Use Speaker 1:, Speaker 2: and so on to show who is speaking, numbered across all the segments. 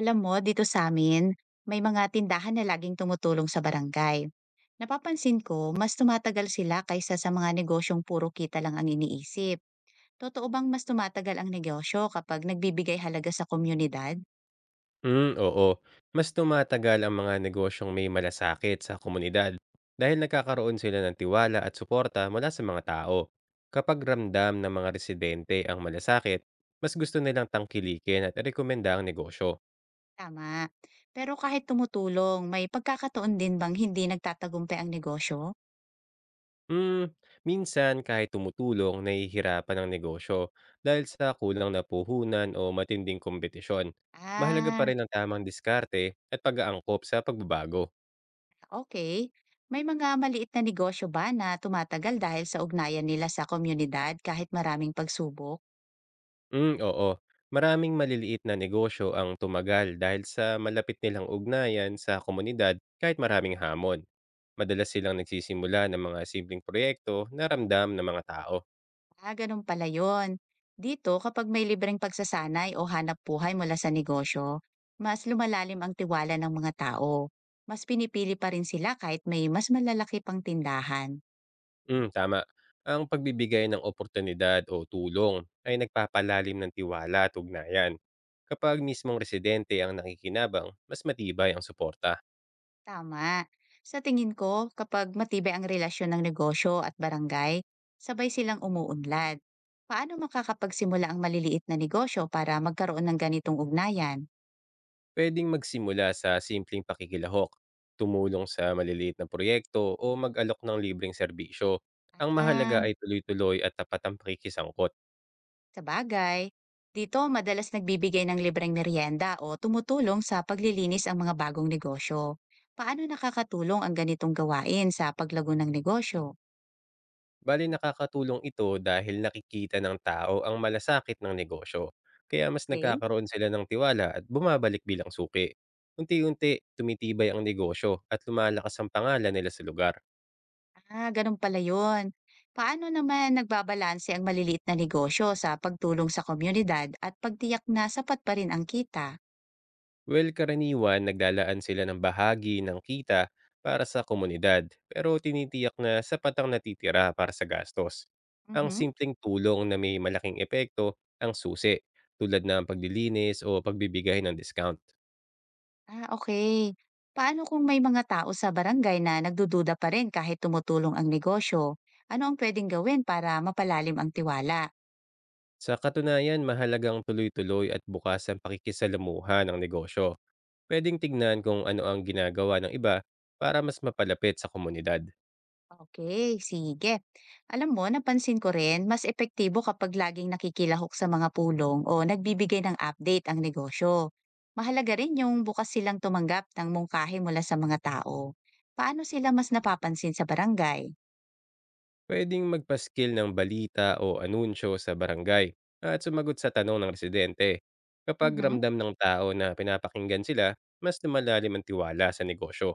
Speaker 1: Alam mo, dito sa amin, may mga tindahan na laging tumutulong sa barangay. Napapansin ko, mas tumatagal sila kaysa sa mga negosyong puro kita lang ang iniisip. Totoo bang mas tumatagal ang negosyo kapag nagbibigay halaga sa komunidad?
Speaker 2: Hmm, oo. Mas tumatagal ang mga negosyong may malasakit sa komunidad dahil nagkakaroon sila ng tiwala at suporta mula sa mga tao. Kapag ramdam ng mga residente ang malasakit, mas gusto nilang tangkilikin at rekomenda ang negosyo.
Speaker 1: Tama. Pero kahit tumutulong, may pagkakataon din bang hindi nagtatagumpay ang negosyo?
Speaker 2: Hmm, Minsan kahit tumutulong, nahihirapan ang negosyo dahil sa kulang na puhunan o matinding kompetisyon. Mahalaga
Speaker 1: Ah,
Speaker 2: pa rin ang tamang diskarte at pag-aangkop sa pagbabago.
Speaker 1: okay. May mga maliit na negosyo ba na tumatagal dahil sa ugnayan nila sa komunidad kahit maraming pagsubok?
Speaker 2: Hmm, oo. Maraming maliliit na negosyo ang tumagal dahil sa malapit nilang ugnayan sa komunidad kahit maraming hamon. Madalas silang nagsisimula ng mga simpleng proyekto na ramdam ng mga tao.
Speaker 1: Ah, ganun pala yun. Dito, kapag may libreng pagsasanay o hanap buhay mula sa negosyo, mas lumalalim ang tiwala ng mga tao. Mas pinipili pa rin sila kahit may mas malalaki pang tindahan.
Speaker 2: Hmm, tama. Ang pagbibigay ng oportunidad o tulong ay nagpapalalim ng tiwala at ugnayan. Kapag mismong residente ang nakikinabang, mas matibay ang suporta.
Speaker 1: Tama. Sa tingin ko, kapag matibay ang relasyon ng negosyo at barangay, sabay silang umuunlad. Paano makakapagsimula ang maliliit na negosyo para magkaroon ng ganitong ugnayan?
Speaker 2: Puwedeng magsimula sa simpleng pakikilahok, tumulong sa maliliit na proyekto o mag-alok ng libreng serbisyo. Ang mahalaga
Speaker 1: Ah,
Speaker 2: ay tuloy-tuloy at tapat ang pakikisangkot.
Speaker 1: sa bagay, dito madalas nagbibigay ng libreng merienda o tumutulong sa paglilinis ang mga bagong negosyo. Paano nakakatulong ang ganitong gawain sa paglago ng negosyo?
Speaker 2: Bale nakakatulong ito dahil nakikita ng tao ang malasakit ng negosyo. Kaya mas
Speaker 1: Okay.
Speaker 2: nagkakaroon sila ng tiwala at bumabalik bilang suki. Unti-unti tumitibay ang negosyo at lumalakas ang pangalan nila sa lugar.
Speaker 1: Ah, ganun pala yun. Paano naman nagbabalanse ang maliliit na negosyo sa pagtulong sa komunidad at pagtiyak na sapat pa rin ang kita?
Speaker 2: Well, karaniwan naglalaan sila ng bahagi ng kita para sa komunidad, pero tinitiyak na sapat ang natitira para sa gastos. Ang
Speaker 1: Mhm.
Speaker 2: simpleng tulong na may malaking epekto ang susi, tulad ng paglilinis o pagbibigay ng discount.
Speaker 1: Ah, okay. Paano kung may mga tao sa barangay na nagdududa pa rin kahit tumutulong ang negosyo? Ano ang pwedeng gawin para mapalalim ang tiwala?
Speaker 2: Sa katunayan, mahalagang tuloy-tuloy at bukas ang pakikisalamuha ng negosyo. Pwedeng tignan kung ano ang ginagawa ng iba para mas mapalapit sa komunidad.
Speaker 1: Okay, sige. Alam mo, napansin ko rin mas epektibo kapag laging nakikilahok sa mga pulong o nagbibigay ng update ang negosyo. Mahalaga rin yung bukas silang tumanggap ng mungkahi mula sa mga tao. Paano sila mas napapansin sa barangay?
Speaker 2: Pwedeng magpaskil ng balita o anunsyo sa barangay at sumagot sa tanong ng residente. Kapag
Speaker 1: Mhm.
Speaker 2: ramdam ng tao na pinapakinggan sila, mas lumalalim ang tiwala sa negosyo.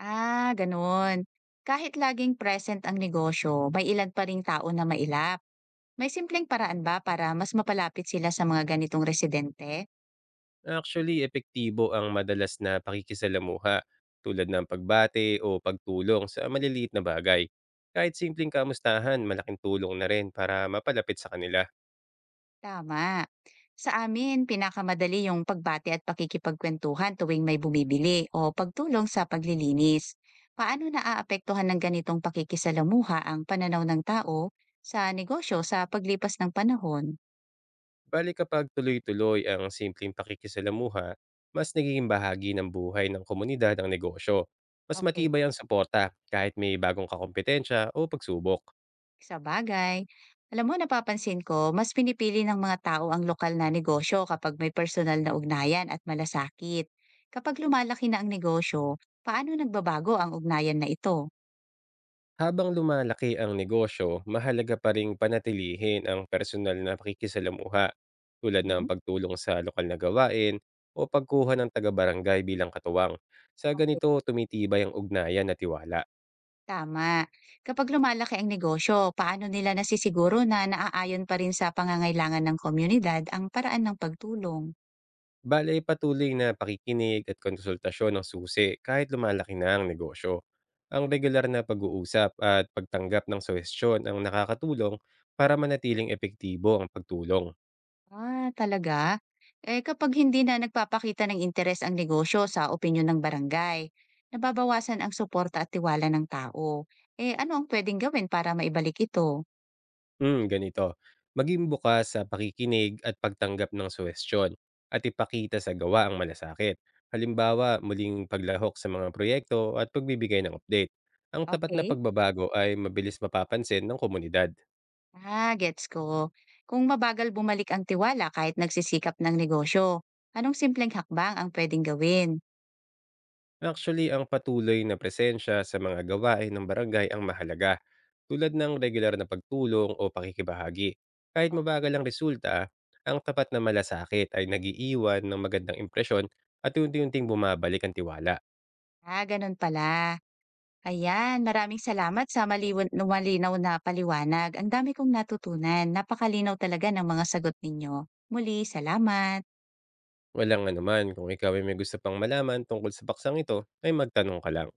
Speaker 1: Ah, ganun. Kahit laging present ang negosyo, may ilan pa ring tao na mailap. May simpleng paraan ba para mas mapalapit sila sa mga ganitong residente?
Speaker 2: Actually, epektibo ang madalas na pakikisalamuha tulad ng pagbate o pagtulong sa maliliit na bagay. Kahit simpleng kamustahan, malaking tulong na rin para mapalapit sa kanila.
Speaker 1: Tama. Sa amin, pinakamadali yung pagbati at pakikipagkwentuhan tuwing may bumibili o pagtulong sa paglilinis. Paano naaapektuhan ng ganitong pakikisalamuha ang pananaw ng tao sa negosyo sa paglipas ng panahon?
Speaker 2: Bale kapag tuloy-tuloy ang simpleng pakikisalamuha, mas nagiging bahagi ng buhay ng komunidad ang negosyo. Mas
Speaker 1: Okay,
Speaker 2: matibay ang suporta kahit may bagong kakompetensya o pagsubok.
Speaker 1: sa bagay. Alam mo, napapansin ko, mas pinipili ng mga tao ang lokal na negosyo kapag may personal na ugnayan at malasakit. Kapag lumalaki na ang negosyo, paano nagbabago ang ugnayan na ito?
Speaker 2: Habang lumalaki ang negosyo, mahalaga pa ring panatilihin ang personal na pakikisalamuha tulad ng
Speaker 1: Mhm.
Speaker 2: pagtulong sa lokal na gawain o pagkuha ng taga-barangay bilang katuwang. Sa
Speaker 1: Okay.
Speaker 2: ganito, tumitibay ang ugnayan at tiwala.
Speaker 1: Tama. Kapag lumalaki ang negosyo, paano nila nasisiguro na naaayon pa rin sa pangangailangan ng komunidad ang paraan ng pagtulong?
Speaker 2: Bale, patuloy na pakikinig at konsultasyon ng susi kahit lumalaki na ang negosyo. Ang regular na pag-uusap at pagtanggap ng suhestyon ang nakakatulong para manatiling epektibo ang pagtulong.
Speaker 1: Ah, talaga? Eh kapag hindi na nagpapakita ng interes ang negosyo sa opinyon ng barangay, nababawasan ang suporta at tiwala ng tao. Eh ano ang pwedeng gawin para maibalik ito?
Speaker 2: Ganito. Maging bukas sa pakikinig at pagtanggap ng suhestyon at ipakita sa gawa ang malasakit. Halimbawa, muling paglahok sa mga proyekto at pagbibigay ng update. Ang tapat na
Speaker 1: Okay?
Speaker 2: pagbabago ay mabilis mapapansin ng komunidad.
Speaker 1: Ah, gets ko. Kung mabagal bumalik ang tiwala kahit nagsisikap ng negosyo, anong simpleng hakbang ang pwedeng gawin?
Speaker 2: Actually, ang patuloy na presensya sa mga gawain ng barangay ang mahalaga, tulad ng regular na pagtulong o pakikibahagi. Kahit
Speaker 1: Okay.
Speaker 2: mabagal ang resulta, ang tapat na malasakit ay nagiiwan ng magandang impresyon at unti-unting bumabalik ang tiwala.
Speaker 1: Ah, ganun pala. Ayan, maraming salamat sa maliwan malinaw na paliwanag. Ang dami kong natutunan. Napakalinaw talaga ng mga sagot ninyo. Muli, salamat.
Speaker 2: Walang anuman, kung ikaw ay may gusto pang malaman tungkol sa baksang ito, ay magtanong ka lang.